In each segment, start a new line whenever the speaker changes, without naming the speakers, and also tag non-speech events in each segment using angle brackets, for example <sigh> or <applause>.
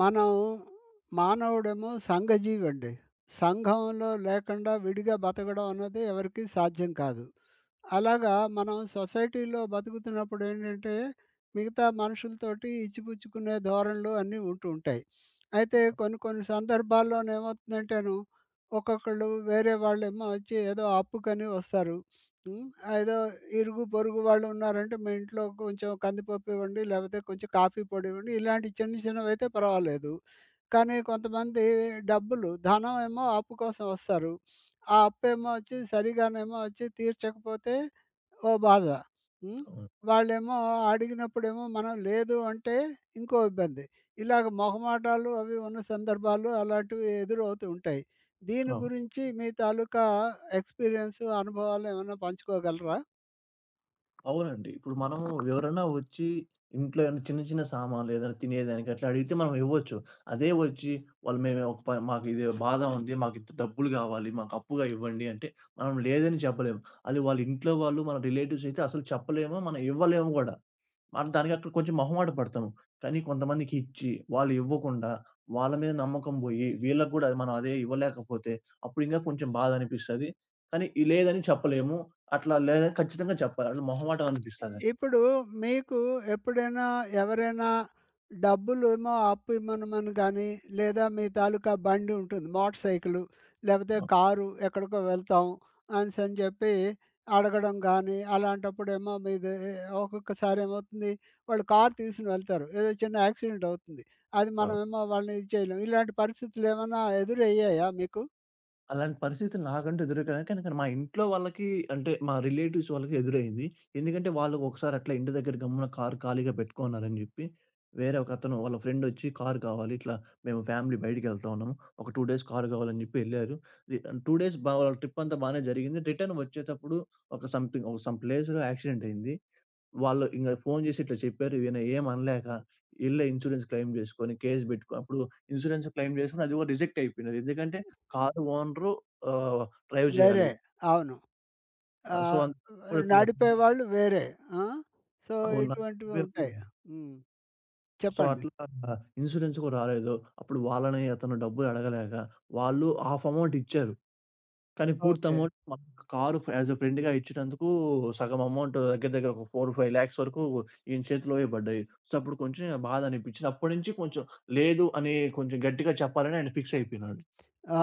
మనం మానవుడేమో సంఘజీవి అండి. సంఘంలో లేకుండా విడిగా బతకడం అన్నది ఎవరికీ సాధ్యం కాదు. అలాగా మనం సొసైటీలో బతుకుతున్నప్పుడు ఏంటంటే, మిగతా మనుషులతోటి ఇచ్చిపుచ్చుకునే ధోరణులు అన్నీ ఉంటూ ఉంటాయి. అయితే కొన్ని కొన్ని సందర్భాల్లోనేమవుతుందంటేను, ఒక్కొక్కళ్ళు వేరే వాళ్ళేమో వచ్చి ఏదో అప్పుకని వస్తారు. హ్మ్. ఏదో ఇరుగు, పొరుగు వాళ్ళున్నారంటే, మీ ఇంట్లో కొంచెం కందిపప్పు ఇవ్వండి, లేపోతే కొంచెం కాఫీ పొడి ఇవ్వండి. ఇలాంటి చిన్న చిన్నవైతే పర్వాలేదు. కానీ కొంతమంది డబ్బులు, ధనం ఏమో అప్పు కోసం వస్తారు. ఆ అప్పేమో వచ్చి సరిగానేమో వచ్చి తీర్చకపోతే ఓ బాధ. హ్మ్.
అవును.
వాళ్ళేమో అడిగినప్పుడేమో మనం లేదు అంటే ఇంకో ఇబ్బంది. ఇలాగ మొహమాటాలు అవి ఉన్న సందర్భాలు అలాంటివి ఎదురవుతూ ఉంటాయి. దీని
అవును.
గురించి మీ తాలూకా ఎక్స్‌పీరియన్స్, అనుభవాలు ఏమైనా పంచుకోగలరా?
అవునండి. ఇప్పుడు మనము ఎవరైనా వచ్చి ఇంట్లో ఏమైనా చిన్న చిన్న సామాన్లు ఏదైనా తినేదానికి అట్లా అడిగితే మనం ఇవ్వచ్చు. అదే వచ్చి వాళ్ళు మేము ఒక ప మాకు ఇది బాధ ఉంది. మాకు ఇంత డబ్బులు కావాలి. మాకు అప్పుగా ఇవ్వండి అంటే మనం లేదని చెప్పలేము. అది వాళ్ళ ఇంట్లో వాళ్ళు మన రిలేటివ్స్ అయితే అసలు చెప్పలేము. మనం ఇవ్వలేము కూడా. మనం దానికి అక్కడ కొంచెం మొహమాట పడతాము. కానీ కొంతమందికి ఇచ్చి, వాళ్ళు ఇవ్వకుండా, వాళ్ళ మీద నమ్మకం పోయి, వీళ్ళకి గూడా మనం అదే ఇవ్వలేకపోతే, అప్పుడు ఇంకా కొంచెం బాధ అనిపిస్తది. కానీ ఈ లేదని చెప్పలేము. అట్లా లేదని ఖచ్చితంగా చెప్పాలి. అట్లా మొహమాటం అనిపిస్తది.
ఇప్పుడు మీకు ఎప్పుడైనా ఎవరైనా డబ్బులు ఏమో అప్పు ఇమ్మనమని కానీ, లేదా మీ తాలూకా బండి ఉంటుంది. మోటార్ సైకిలు, లేకపోతే
అవును.
కారు ఎక్కడికో వెళ్తాం అనేసని చెప్పి అడగడం గానీ, అలాంటప్పుడేమో మీది ఒక్కొక్కసారి ఏమవుతుంది, వాళ్ళు కారు తీసుకొని వెళ్తారు. ఏదో చిన్న యాక్సిడెంట్ అవుతుంది. అది
అవును.
మనమేమో వాళ్ళని ఇది చేయలేం. ఇలాంటి పరిస్థితులేమన్నా ఎదురయ్యాయా మీకు?
అలాంటి పరిస్థితి నాకంటూ ఎదురకాలేదు. కానీ అక్కడ మా ఇంట్లో వాళ్ళకి అంటే మా రిలేటివ్స్ వాళ్ళకి ఎదురైంది. ఎందుకంటే వాళ్ళు ఒకసారి అట్లా ఇంటి దగ్గర గమ్మున కారు ఖాళీగా పెట్టుకున్నారని జెప్పి, వేరే ఒకతను వాళ్ళ ఫ్రెండొచ్చి కారు కావాలి ఇట్లా మేము ఫ్యామిలీ బయటికెళ్తా ఉన్నాము. ఒక 2 డేస్ కారు కావాలని జెప్పి ఎళ్లారు. రి 2 డేస్ వాళ్ళ ట్రిప్ అంతా బానే జరిగింది. రిటర్న్ వచ్చేటప్పుడు ఒక సమ్ ప్లేస్‌లో యాక్సిడెంట్ అయింది. వాళ్ళు ఇంగ ఫోను జేసి ఇట్లా చెప్పారు. ఈయన ఏమనలేక ఎళ్ళి ఇన్స్యూరెన్స్ క్లెయిమ్ జేసుకొని కేస్ బెట్టుకొని అప్పుడు ఇన్స్యూరెన్స్ క్లెయిమ్ జేసుకొని అది గూడా రిజెక్ట్ అయిపోయినది. ఎందుకంటే కారు ఓనరు ఆహ్, డ్రైవ్ జేయాలి.
వేరే. అవును. ఆ!
సో, అందుకు కూడా క్లియర్
నడిపేవాళ్ళు వేరే. ఆ! సో,
అవును. నాకు
ఇటువంటివి
నువ్వే ముందు
ఉంటాయి. హ్మ్.
సో,
చెప్పండి.
అట్లా ఇన్స్యూరెన్స్ గూడా రాలేదు. అప్పుడు వాళ్ళని అతను డబ్బులు అడగలేక వాళ్ళు హాఫ్ అమౌంట్ ఇచ్చారు. కానీ పూర్తి
ఓకే.
అమౌంట్ మనకు కారు యాస్ ఎ ఫ్రెండ్‌గా ఇచ్చినందుకు సగం అమౌంట్ దగ్గర దగ్గర ఒక 4, 5 లాక్స్ వరకు ఈయన చేతిలోవే పడ్డాయి. సో, అప్పుడు కొంచెం బాధ అనిపించింది. అప్పటి నుంచి కొంచెం లేదు అని కొంచెం గట్టిగా చెప్పాలని ఆయన ఫిక్స్ అయిపోయినాడు.
ఆ!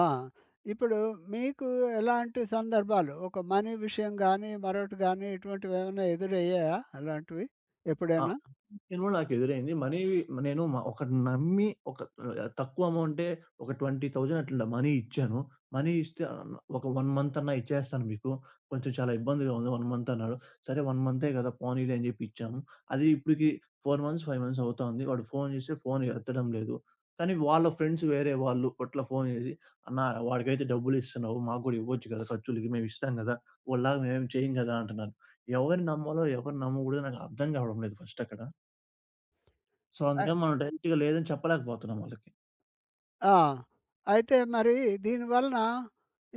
ఇప్పుడు మీకు ఎలాంటి సందర్భాలు ఒక మనీ విషయం గానీ, మరొకటి గానీ ఇటువంటివేమన్నా ఎదురయ్యాయా అలాంటివి
ఆ!
ఎప్పుడైనా?
సినిమా నాకెదురైంది. మనీ నేను ఒకడిని నమ్మి ఒక తక్కువ అమౌంటే ఒక 20,000 అట్లా మనీ ఇచ్చాను. మనీ ఇస్తే ఒక 1 మంత్ అన్నా ఇచ్చేస్తాను మీకు. కొంచెం చాలా ఇబ్బందిగా ఉంది 1 మంత్ అన్నాడు. సరే 1 మంతే కదా! పోనీలే అని చెప్పి ఇచ్చాము. అది ఇప్పటికి 4 మంత్స్, 5 మంత్స్ అవుతా ఉంది. వాడు ఫోన్ చేస్తే ఫోన్ ఎత్తడం లేదు. కానీ వాళ్ళ ఫ్రెండ్స్ వేరే వాళ్ళు అట్లా ఫోన్ చేసి, "అన్నా వాడికైతే డబ్బులిస్తున్నావు. మాకు కూడా ఇవ్వొచ్చు కదా! ఖర్చులకి. మేమిస్తాం కదా! వాడిలాగా మేమేం చేయం కదా!" అంటున్నారు. ఎవరిని నమ్మాలో, ఎవరిని నమ్మకూడదో నాకు అర్థం కావడం లేదు ఫస్ట్ అక్కడ. సో,
అ
అందుకని మనం డైరెక్ట్‌గా లేదని చెప్పలేకపోతున్నాం వాళ్ళకి.
ఆ! అయితే మరి దీనివలన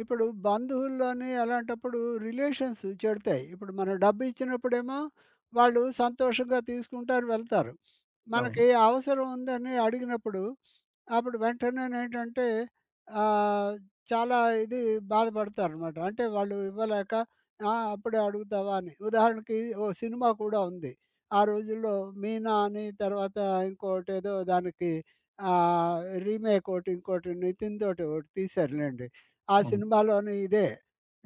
ఇప్పుడు బంధువుల్లోని అలాంటప్పుడు రిలేషన్స్ చెడతాయి. ఇప్పుడు మనం డబ్బు ఇచ్చినప్పుడేమో వాళ్ళు సంతోషంగా తీసుకుంటారు, వెళ్తారు. మనకి
అవును.
అవసరం ఉందని అడిగినప్పుడు అప్పుడు వెంటనేనేంటంటే ఆహ్, చాలా ఇది బాధపడతారనమాట. అంటే వాళ్ళు ఇవ్వలేక ఆ! అప్పుడే అడుగుతావా అని. ఉదాహరణకి ఓ సినిమా కూడా ఉంది. ఆ రోజుల్లో 'మీనా' అని తర్వాత ఇంకోటేదో దానికి రీమేక్ ఒకటి, ఇంకోటి 'నితిన్‌తోటి' ఒకటి తీశారులెండి. ఆ
అవును.
సినిమాలోని ఇదే.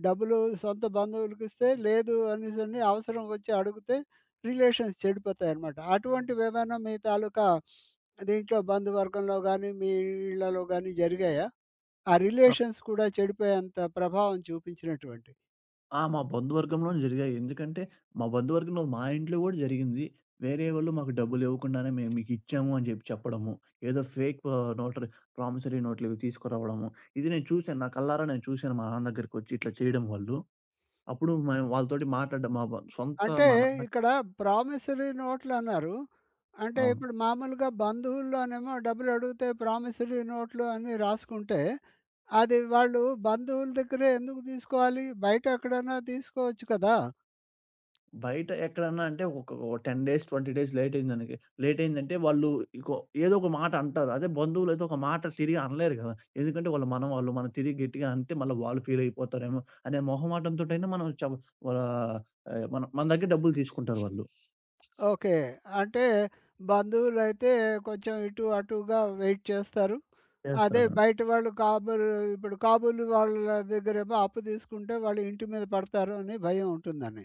డబ్బులు సొంత బంధువులకిస్తే లేదు అనేసని అవసరం వచ్చి అడిగితే రిలేషన్స్ చెడిపోతాయనమాట. అటువంటివేమైనా మీ తాలూకా దీంట్లో బంధువర్గంలో గానీ, మీ ఇళ్ళలో గానీ జరిగాయా? ఆ
ఆ!
రిలేషన్స్ కూడా చెడిపోయేంత ప్రభావం చూపించినటువంటివి.
ఆ! మా బంధువర్గంలోనే జరిగాయి. ఎందుకంటే, మా బంధువర్గంలో మా ఇంట్లో కూడా జరిగింది. వేరే వాళ్ళు మాకు డబ్బులు ఇవ్వకుండానే మేము మీకు ఇచ్చాము అని చెప్పి చెప్పడము. ఏదో ఫేక్ నోటరీ ప్రామిసరీ నోట్‌లు ఇవి తీసుకురావడము. ఇది నేను చూసాను. నా కళ్ళారా నేను చూసాను మా నాన్న దగ్గరికొచ్చి ఇట్లా చేయడం వాళ్ళు. అప్పుడు మేము వాళ్ళతోటి మాట్లాడ్డం మా సొంత
అంటే
మా నాన్న
ఇక్కడ ప్రామిసరీ నోట్లన్నారు. అంటే
అవును.
ఇప్పుడు మామూలుగా బంధువుల్లోనేమో డబ్బులడిగితే ప్రామిసరీ నోట్లు అని రాసుకుంటే అది వాళ్ళు బంధువుల దగ్గరే ఎందుకు తీసుకోవాలి? బయట ఎక్కడైనా తీసుకోవచ్చు కదా!
బయట ఎక్కడన్నా అంటే ఒక ఓ 10 డేస్, 20 డేస్ లేటయిందనకి. లేటయిందంటే వాళ్ళు ఇకో ఏదో ఒక మాట అంటారు. అదే బంధువులైతే ఒక మాట తిరిగి అనలేరు గదా! ఎందుకంటే వాళ్ళు మనవాళ్ళు. మనం తిరిగి గట్టిగా అంటే మళ్ళా వాళ్ళు ఫీలయిపోతారేమో అనే మొహమాటంతోటైనా మనం ఆహ్, మన మన దగ్గర డబ్బులు తీసుకుంటారు వాళ్ళు.
ఓకే. అంటే బంధువులైతే కొంచెం ఇటు అటుగా వెయిట్ చేస్తారు. అదే
చేస్తారు.
బయట వాళ్ళు కాబూలు ఇప్పుడు కాబూలు వాళ్ళ దగ్గరేమో అప్పు తీసుకుంటే వాళ్ళు ఇంటి మీద పడతారు అని భయం ఉంటుందని.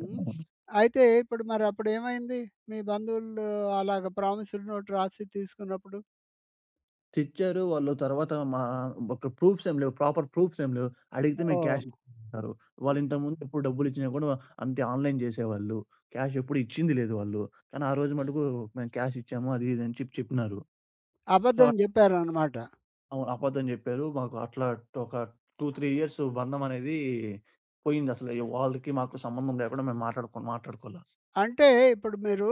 హ్మ్. అయితే ఇప్పుడు మరి అప్పుడేమైంది? మీ బంధువులు అలాగ ప్రామిసరీ నోట్ రాసి తీసుకున్నప్పుడు?
తెచ్చారు. వాళ్ళు తర్వాత మా ఒక ప్రూఫ్స్ ఏం లేవు. ప్రాపర్ ప్రూఫ్స్ ఏం లేవు. అడిగితే మేము
ఓహ్!
క్యాష్ హ్మ్. ఇచ్చారు. వాళ్ళు ఇంతకుముందు ఎప్పుడు డబ్బులిచ్చినా కూడా అంతే ఆన్‌లైన్ జేసేవాళ్ళు. క్యాష్ ఎప్పుడు ఇచ్చింది లేదు వాళ్ళు. కానీ ఆ రోజు మటుకు మేము క్యాష్ ఇచ్చాము. అది ఇది అని చెప్పి చెప్పినారు. సో,
అబద్ధం చెప్పారనమాట.
అవును. అబద్ధం జెప్పారు. మాకు అట్లా ఒక 2, 3 ఇయర్స్ బంధం అనేది పోయిందసలు. వాళ్ళకి మాకు సంబంధం లేకుండా మేము మాట్లాడుకోలా.
అంటే ఇప్పుడు మీరు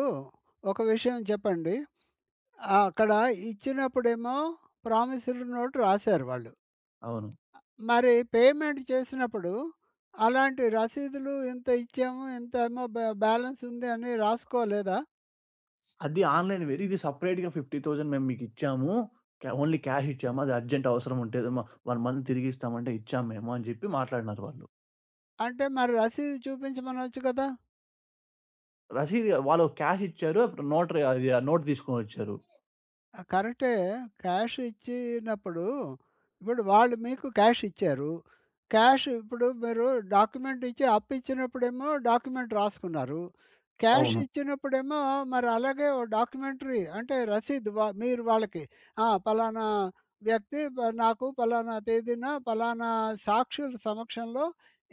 ఒక విషయం చెప్పండి. ఆ! అక్కడ ఇచ్చినప్పుడేమో ప్రామిసరీ నోట్ రాశారు వాళ్ళు.
అవును.
మరి పేమెంట్ చేసినప్పుడు అలాంటి రసీదులు ఇంత ఇచ్చాము, ఇంత ఏమో బ్యాలెన్స్ ఉంది అని రాసుకోలేదా?
అది ఆన్‌లైన్ వేరు. ఇది సెపరేట్‌గా 50,000 మేము మీకిచ్చాము. ఓన్లీ క్యాష్ ఇచ్చాము. అది అర్జెంట్ అవసరం ఉంటే 1 మంత్ తిరిగిస్తామంటే ఇచ్చాం మేము అని చెప్పి మాట్లాడినారు వాళ్ళు.
అంటే మరి రసీదు చూపించమనొచ్చు కదా!
రసీదు వాళ్ళు క్యాష్ ఇచ్చారు. అప్పుడు నోట్ అది ఆ నోట్ తీసుకొనొచ్చారు.
ఆ! కరెక్టే. క్యాష్ ఇచ్చినప్పుడు ఇప్పుడు వాళ్ళు మీకు క్యాష్ ఇచ్చారు. క్యాష్ ఇప్పుడు మీరు డాక్యుమెంట్ ఇచ్చి అప్పిచ్చినప్పుడేమో డాక్యుమెంట్ రాసుకున్నారు. క్యాష్
అవును.
ఇచ్చినప్పుడేమో మరి అలాగే ఓ డాక్యుమెంటరీ అంటే రసీదు మీరు వాళ్ళకి ఆ! పలానా వ్యక్తి నాకు పలానా తేదీన పలానా సాక్షుల సమక్షంలో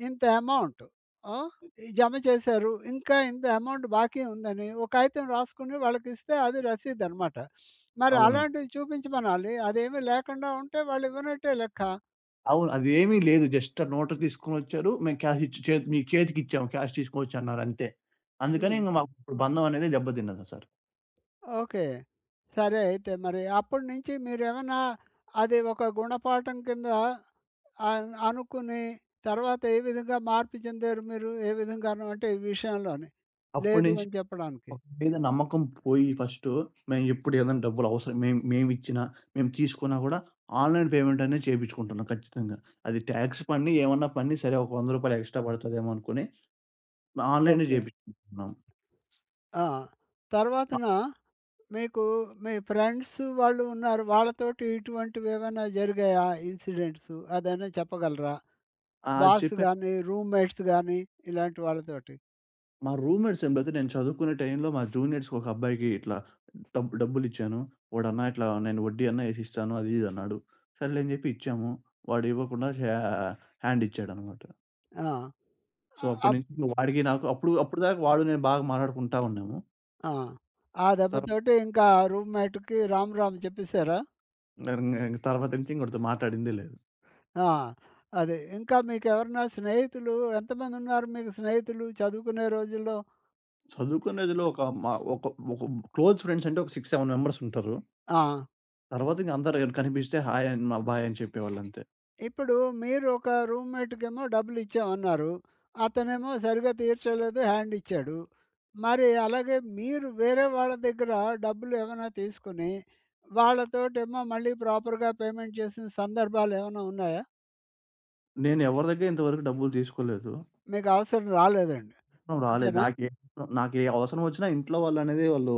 ఇంత అమౌంట్ ఆ! ఈ జమ చేశారు. ఇంకా ఇంత అమౌంట్ బాకీ ఉందని ఒక కాగితం రాసుకొని వాళ్ళకిస్తే అది రసీదనమాట. మరి
అవును.
అలాంటివి చూపించమనాలి. అదేమీ లేకుండా ఉంటే వాళ్ళు ఇవ్వనట్టే లెక్క.
అవును. అదేమీ లేదు. జస్ట్ ఆ నోట్ తీసుకొనొచ్చారు. మేము క్యాష్ ఇచ్చి చేతికిచ్చాము. క్యాష్ తీసుకోవచ్చు అన్నారు అంతే. అందుకని
హ్మ్.
ఇంక మాకు బంధం అనేది దెబ్బతిన్నది సార్.
ఓకే. సరే అయితే మరి అప్పటి నుంచి మీరేమన్నా అది ఒక గుణపాఠం కింద అనుకుని తర్వాత ఏ విధంగా మార్పు చెందారు మీరు? ఏ విధంగాను అంటే ఈ విషయంలోని? లేదు
అప్పటినుంచి
అని చెప్పడానికి.
ఒక మీద నమ్మకం పోయి ఫస్టు, మేము ఎప్పుడు ఏదైనా డబ్బులు అవసరం మేము మేమిచ్చినా, మేము తీసుకున్నా గూడా ఆన్‌లైన్ పేమెంట్ అనేది చేపించుకుంటున్నాం ఖచ్చితంగా. అది టాక్స్ పడని, ఏమన్నా పడని సరే ఒక రూ. 100 ఎక్స్‌ట్రా పడతదేమో అనుకుని ఆన్‌లైనే
ఓకే.
చేపించుకుంటున్నాం.
ఆ! తర్వాతన
ఆహ్,
మీకు మీ ఫ్రెండ్స్ వాళ్ళు ఉన్నారు. వాళ్ళతోటి ఇటువంటివేవైనా జరిగాయా ఇన్సిడెంట్స్? అదేనా చెప్పగలరా?
అది
బాస్
చెప్పా
గాని, రూమ్‌మేట్స్ గాని ఇలాంటి వాళ్ళతోటి.
మా రూమ్‌మేట్స్ ఎంబటే నేను చదువుకునే టైంలో మా జూనియర్స్‌కి ఒక అబ్బాయికి ఇట్లా డబ్బులిచ్చాను. "వాడన్నా ఇట్లా నేను వడ్డీ అన్నా ఏసిస్తాను" అది ఇది అన్నాడు. సర్లే అని జెప్పి ఇచ్చాము. వాడు ఇవ్వకుండా హ్యాండ్ ఇచ్చాడనమాట.
ఆ!
సో, అప్పటి
అప్
నుంచి ఇంక వాడికి నాకు అప్పుడు అప్పుడు దాకా వాడు నేను బాగా మాట్లాడుకుంటా ఉన్నాము.
ఆ! ఆ
తర్వా
దెబ్బతోటి ఇంకా రూమ్‌మేట్‌కి రామ్ రామ్ చెప్పేసారా?
ఇంగ తర్వాత నుంచి ఇంకొకడితో మాట్లాడిందే లేదు.
ఆ! అదే. ఇంకా మీకెవరన్నా స్నేహితులు ఎంతమందున్నారు మీకు స్నేహితులు చదువుకునే రోజుల్లో?
చదువుకునే రోజుల్లో ఒక మా ఒక ఒక క్లోజ్ ఫ్రెండ్స్ అంటే ఒక 6, 7 మెంబర్స్ ఉంటారు.
ఆ!
తర్వాత ఇంక అందరూ ఎవరు కనిపిస్తే హాయ్ అని మా బాయ్ అని చెప్పేవాళ్ళంతే.
ఇప్పుడు మీరు ఒక రూమ్‌మేట్‌కేమో డబ్బులిచ్చామన్నారు. అతనేమో సరిగ్గా తీర్చలేదు హ్యాండ్ ఇచ్చాడు. మరి అలాగే మీరు వేరే వాళ్ళ దగ్గర డబ్బులు ఏమైనా తీసుకొని, వాళ్ళతోటేమో మళ్ళీ ప్రాపర్‌గా పేమెంట్ చేసిన సందర్భాలేమైనా ఉన్నాయా?
నేను ఎవరి దగ్గర ఇంతవరకు డబ్బులు తీసుకోలేదు.
మీకు అవసరం రాలేదండి.
అవసరం రాలేదు.
అంతేనా?
నాకే నాకే అవసరం వచ్చినా ఇంట్లో వాళ్ళనేది వాళ్ళు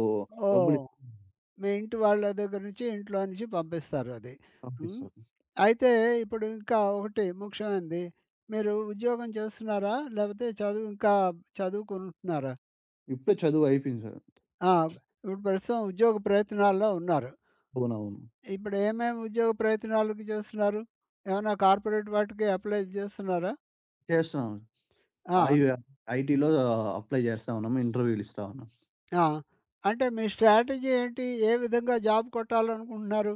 డబ్బులు
ఓహ్!
ఇచ్చి
మీ ఇంటి వాళ్ళ దగ్గర నుంచి, ఇంట్లో నుంచి పంపిస్తారది. హ్మ్.
పంపిస్తారు.
అయితే ఇప్పుడు ఇంకా ఒకటి ముఖ్యమైనది. మీరు ఉద్యోగం చేస్తున్నారా? లేకపోతే చదువు ఇంకా చదువుకుంటున్నారా?
ఇప్పుడే చదువు అయిపోయింది సార్.
ఆ! ఇప్పుడు ప్రస్తుతం ఉద్యోగ ప్రయత్నాల్లో ఉన్నారు.
అవునవును.
ఇప్పుడు ఏమేమి ఉద్యోగ ప్రయత్నాలకి చేస్తున్నారు? ఏమన్నా కార్పొరేట్ వాటికి అప్లై చేస్తున్నారా?
చేస్తున్నాం. ఐ
ఆ!
ఐటీలో అప్లై చేస్తా ఉన్నాము. ఇంటర్వ్యూ‌లిస్తా ఉన్నాం.
ఆ! అంటే మీ స్ట్రాటజీ ఏంటి? ఏ విధంగా జాబ్ కొట్టాలనుకుంటున్నారు?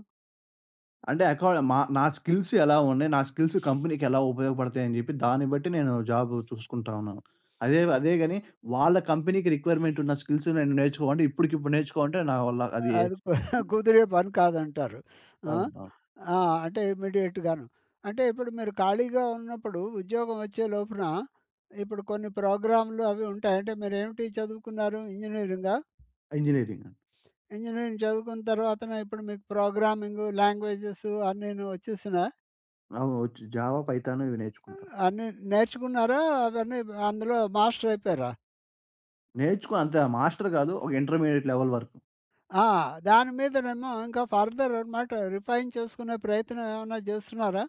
అంటే అకా మా నా స్కిల్స్ ఎలా ఉన్నాయి? నా స్కిల్స్ కంపెనీకి ఎలా ఉపయోగపడతాయని జెప్పి దాన్ని బట్టి నేను జాబ్ చూసుకుంటా ఉన్నాను. అదే అదే గాని వాళ్ళ కంపెనీకి రిక్వైర్‌మెంట్ ఉన్న స్కిల్స్ నేను నేర్చుకోమంటే ఇప్పటికిప్పుడు నేర్చుకోమంటే నా వల్ల అది
అది కు- <laughs> కుదిరే పని కాదంటారు. ఆ!
కాదు. ఆ!
ఆ! అంటే ఇమ్మీడియేట్‌గాను. అంటే ఇప్పుడు మీరు ఖాళీగా ఉన్నప్పుడు ఉద్యోగం వచ్చే లోపున ఇప్పుడు కొన్ని ప్రోగ్రామ్‌లు అవి ఉంటాయి. అంటే మీరేమిటి చదువుకున్నారు? ఇంజినీరింగా?
ఇంజినీరింగ్.
ఇంజినీరింగ్ చదువుకున్న తర్వాతన ఇప్పుడు మీకు ప్రోగ్రామింగు, లాంగ్వేజెస్ అన్నీను వచ్చేసినా?
అవును. వచ్చు. జావా, పైథాన్ ఇవి నేర్చుకుంటా.
అన్నీ నేర్చుకున్నారా? అవన్నీ అందులో మాస్టర్ అయిపోయారా?
నేర్చుకో అంత మాస్టర్ గాదు. ఒక ఇంటర్మీడియేట్ లెవెల్ వరకు.
ఆ! దాని మీదనేమో ఇంకా ఫర్దర్ అనమాట రిఫైన్ చేసుకునే ప్రయత్నం ఏమన్నా చేస్తున్నారా?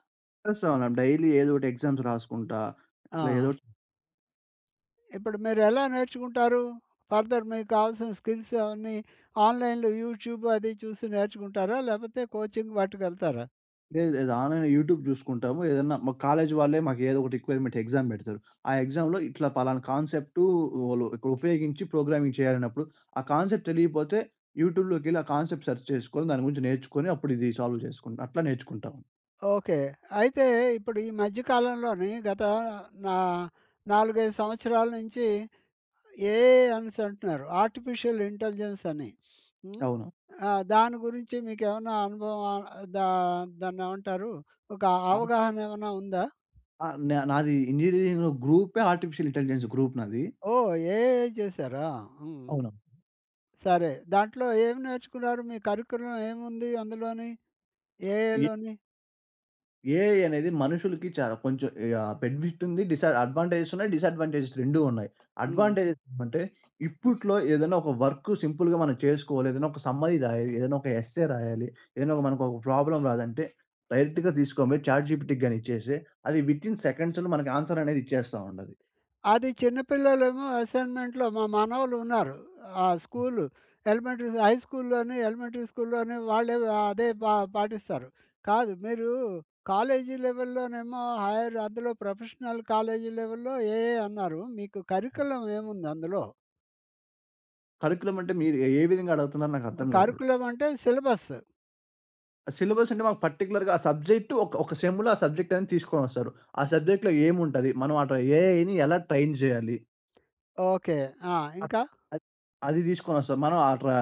చేస్తా ఉన్నాను. డైలీ ఏదో ఒకటి ఎగ్జామ్స్ రాసుకుంటా.
ఆ!
ఇట్లా ఏదో
ఇప్పుడు మీరెలా నేర్చుకుంటారు? ఫర్దర్ మీకు కావాల్సిన స్కిల్స్ అవన్నీ ఆన్‌లైన్‌లో యూట్యూబ్ అది చూసి నేర్చుకుంటారా? లేపోతే కోచింగ్ వాటికెళ్తారా?
లేదు. లేదు. ఆన్‌లైన్‌లో యూట్యూబ్ జూసుకుంటాము. ఏదన్నా మా కాలేజీ వాళ్ళే మాకు ఏదో ఒక రిక్వైర్‌మెంట్ ఎగ్జామ్ బెడతారు. ఆ ఎగ్జామ్‌లో ఇట్లా పలానా కాన్సెప్టు వాళ్ళు ఇక్కడ ఉపయోగించి ప్రోగ్రామింగ్ చేయాలన్నప్పుడు, ఆ కాన్సెప్ట్ తెలియపోతే యూట్యూబ్‌లోకెళ్ళి ఆ కాన్సెప్ట్ సెర్చ్ చేసుకొని, దాని గురించి నేర్చుకొని, అప్పుడు ఇది సాల్వ్ చేసుకుంటా. అట్లా నేర్చుకుంటాం.
ఓకే. అయితే ఇప్పుడు ఈ మధ్య కాలంలోని గత నా 4, 5 సంవత్సరాల నుంచి ఏఐ అనేసి అంటున్నారు. ఆర్టిఫిషియల్ ఇంటెలిజెన్స్ అని. హ్మ్.
అవును.
ఆ! దాని గురించి మీకేమన్నా అనుభవం ఆహ్, దా దాన్నేమంటారు? ఒక
ఆహ్,
అవగాహన ఏమన్నా ఉందా?
ఆహ్, నాది ఇంజినీరింగ్‌లో గ్రూపే ఆర్టిఫిషియల్ ఇంటెలిజెన్స్ గ్రూప్ నాది.
ఓహ్! ఏఐ చేశారా? హ్మ్.
అవును.
సరే. దాంట్లో ఏమి నేర్చుకున్నారు? మీ కరిక్యులం ఏముంది అందులోని? ఏఐలోని?
ఏఐ అనేది మనుషులకి చాలా కొంచెం బెనిఫిట్ ఉంది. డిస అడ్వాంటేజెస్ ఉన్నాయి. డిసడ్వాంటేజెస్ 2 ఉన్నాయి.
హ్మ్.
అడ్వాంటేజెస్ అంటే ఇప్పట్లో ఏదైనా ఒక వర్క్ సింపుల్‌గా మనం చేసుకోవాలి. ఏదైనా ఒక సమ్మరీ రాయాలి. ఏదైనా ఒక ఎస్సే రాయాలి. ఏదైనా ఒక మనకు ఒక ప్రాబ్లమ్ రాదంటే డైరెక్ట్‌గా తీసుకొని చాట్ జీపీటీకి గాని ఇచ్చేసి అది వితిన్ సెకండ్స్‌లో మనకి ఆన్సర్ అనేది ఇచ్చేస్తా ఉంటది.
అది చిన్న పిల్లలేమో అసైన్‌మెంట్‌లో మా మనవలున్నారు. ఆ స్కూలు ఎలిమెంటరీ హై స్కూల్లోని, ఎలిమెంటరీ స్కూల్లోని వాళ్ళే అదే పాటిస్తారు. కాదు మీరు కాలేజీ లెవెల్‌లోనేమో హైర్ అందులో ప్రొఫెషనల్ కాలేజీ లెవెల్‌లో ఏఏ అన్నారు. మీకు కరిక్యులం ఏముంది అందులో?
కరిక్యులమ్ అంటే మీరు ఏ విధంగా అడుగుతున్నారో నాకు అర్థం కాలేదు.
కరిక్యులం అంటే సిలబస్.
సిలబస్ అంటే మాకు పర్టిక్యులర్‌గా ఆ సబ్జెక్ట్ ఒక ఒక సెమ్‌లో ఆ సబ్జెక్ట్ అనేది తీసుకొనొస్తారు. ఆ సబ్జెక్ట్‌లో ఏముంటది? మనం అటు ఏఐని ఎలా ట్రైన్ చేయాలి?
ఓకే. ఆ!
అద్
ఇంకా?
అద్ అది తీసుకొనొస్తారు. మనం అట్లా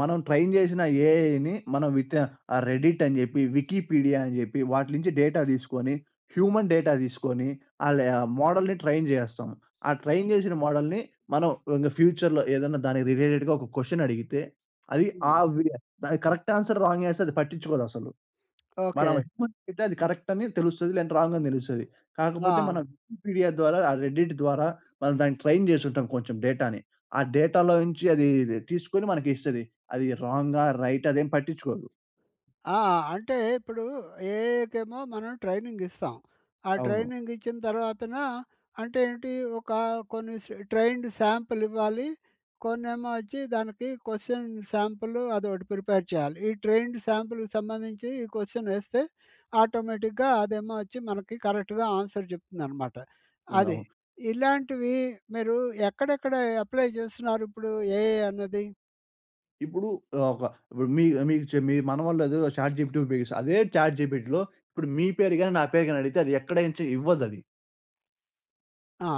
మనం ట్రైన్ చేసిన ఏఐని మనం విత్ రెడిట్ అని చెప్పి, వికీపీడియా అని చెప్పి వాటి నుంచి డేటా తీసుకొని, హ్యూమన్ డేటా తీసుకొని, ఆళ్ళ మోడల్‌ని ట్రైన్ చేస్తాం. ఆ ట్రైన్ చేసిన మోడల్‌ని మనం ఇంగ ఫ్యూచర్‌లో ఏదన్నా దానికి రిలేటెడ్‌గా ఒక క్వెషన్ అడిగితే, అది ఆ
హ్మ్.
వి దానికి కరెక్ట్ ఆన్సర్, రాంగ్ ఆన్సర్ అది పట్టించుకోదసలు.
ఓకే.
మనం హ్యూమన్ అయితే అది కరెక్ట్ అని తెలుస్తది. లేదంటే రాంగ్ అని తెలుస్తది.
ఆ!
కాకపోతే మనం వికీపీడియా ద్వారా, ఆ రెడ్డిట్ ద్వారా మనం దాన్ని ట్రైన్ చేసుంటాం కొంచెం డేటాని. ఆ డేటాలో నుంచి అది తీసుకొని మనకి ఇస్తది. అది రాంగా, రైటా అదేం పట్టించుకోదు.
ఆ! అంటే ఇప్పుడు ఏఐకేమో మనం ట్రైనింగ్ ఇస్తాం. ఆ
అవును.
ట్రైనింగ్ ఇచ్చిన తర్వాతన అంటే ఏంటి ఒక కొన్ని స్ ట్రైన్డ్ శాంపుల్ ఇవ్వాలి. కొన్నేమో వచ్చి దానికి క్వెషన్ శాంపుల్ అదొకటి ప్రిపేర్ చేయాలి. ఈ ట్రైన్డ్ శాంపుల్‌కి సంబంధించి ఈ క్వెషన్ ఏస్తే ఆటోమేటిక్‌గా అదేమో వచ్చి మనకి కరెక్ట్‌గా ఆన్సర్ చెప్తుందనమాట. అది.
అవును.
ఇలాంటివి మీరు ఎక్కడెక్కడ అప్లై చేస్తున్నారు ఇప్పుడు ఏఐ అన్నది?
ఇప్పుడు ఒక ఇప్పుడు మీ మీకు మీ మనవళ్ళు ఏదో చాట్ జీపీటీ ఉపయోగిస్తారు. అదే చాట్ జీపీటీలో ఇప్పుడు మీ పేరు గాని, నా పేరు గాని అడిగితే అది ఎక్కడ నుంచి ఇవ్వదది.
ఆ!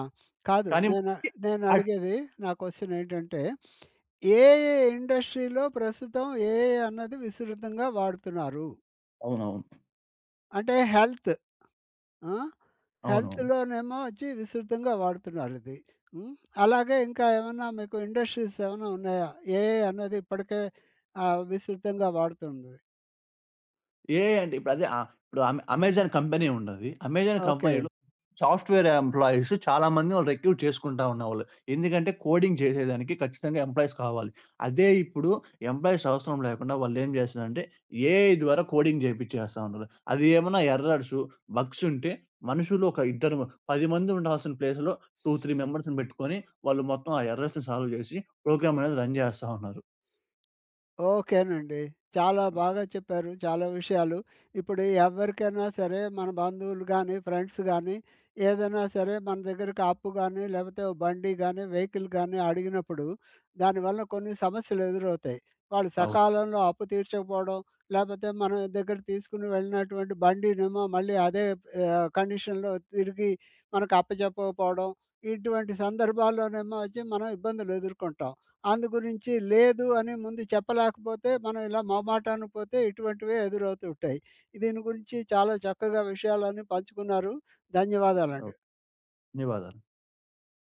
కాదు.
కానీ
నేను
మనకి
నేను
అట్
అడిగేది నా క్వెషన్ ఏంటంటే, ఏ ఏ ఇండస్ట్రీలో ప్రస్తుతం ఏఐ అన్నది విస్తృతంగా వాడుతున్నారు?
అవునవును.
అంటే హెల్త్ ఆ!
అవునవును.
హెల్త్‌లోనేమో వచ్చి విస్తృతంగా వాడుతున్నారు ఇది. హ్మ్. అలాగే ఇంకా ఏమన్నా మీకు ఇండస్ట్రీస్ ఏమన్నా ఉన్నాయా? ఏఐ అన్నది ఇప్పటికే విస్తృతంగా వాడుతుంది?
ఏఐ అంటే ఇప్పుడు అదే ఇప్పుడు అమెజాన్ కంపెనీ ఉన్నది. Amazon
okay.
కంపెనీలో సాఫ్ట్‌వేర్ ఎంప్లాయీస్ చాలామంది వాళ్ళు రిక్రూట్ చేసుకుంటా ఉన్నవాళ్ళు. ఎందుకంటే కోడింగ్ చేసేదానికి ఖచ్చితంగా ఎంప్లాయీస్ కావాలి. అదే ఇప్పుడు ఎంప్లాయీస్ అవసరం లేకుండా వాళ్ళేం చేస్తున్నారంటే ఏఐ ద్వారా కోడింగ్ చేపిచ్చేస్తా ఉన్నారు. అది ఏమన్నా ఎర్రర్సు, బగ్స్ ఉంటే మనుషులు ఒక ఇద్దరు 10 మంది ఉండాల్సిన ప్లేస్‌లో 2, 3 మెంబర్స్‌ని పెట్టుకొని వాళ్ళు మొత్తం ఆ ఎర్రర్స్‌ని సాల్వ్ చేసి ప్రోగ్రామ్ అనేది రన్ చేస్తా ఉన్నారు.
ఓకేనండి. చాలా బాగా చెప్పారు. చాలా విషయాలు. ఇప్పుడు ఎవరికైనా సరే మన బంధువులు గానీ, ఫ్రెండ్స్ గానీ, ఏదైనా సరే మన దగ్గరకి అప్పు గానీ, లేకపోతే ఓ బండి గానీ, వెహికల్ గానీ అడిగినప్పుడు దానివల్ల కొన్ని సమస్యలు ఎదురవుతాయి. వాళ్ళు
అవును.
సకాలంలో అప్పు తీర్చకపోవడం, లేకపోతే మన దగ్గర తీసుకుని వెళ్ళినటువంటి బండినేమో మళ్ళీ అదే కండిషన్‌లో తిరిగి మనకు అప్పజెప్పకపోవడం, ఇటువంటి సందర్భాల్లోనేమో వచ్చి మనం ఇబ్బందులు ఎదుర్కొంటాం. అందు గురించి లేదు అని ముందు చెప్పలేకపోతే మనం ఇలా మొహమాటానికి పోతే ఇటువంటివే ఎదురవుతూ ఉంటాయి. దీని గురించి చాలా చక్కగా విషయాలన్నీ పంచుకున్నారు. ధన్యవాదాలండి.
అవును. ధన్యవాదాలు.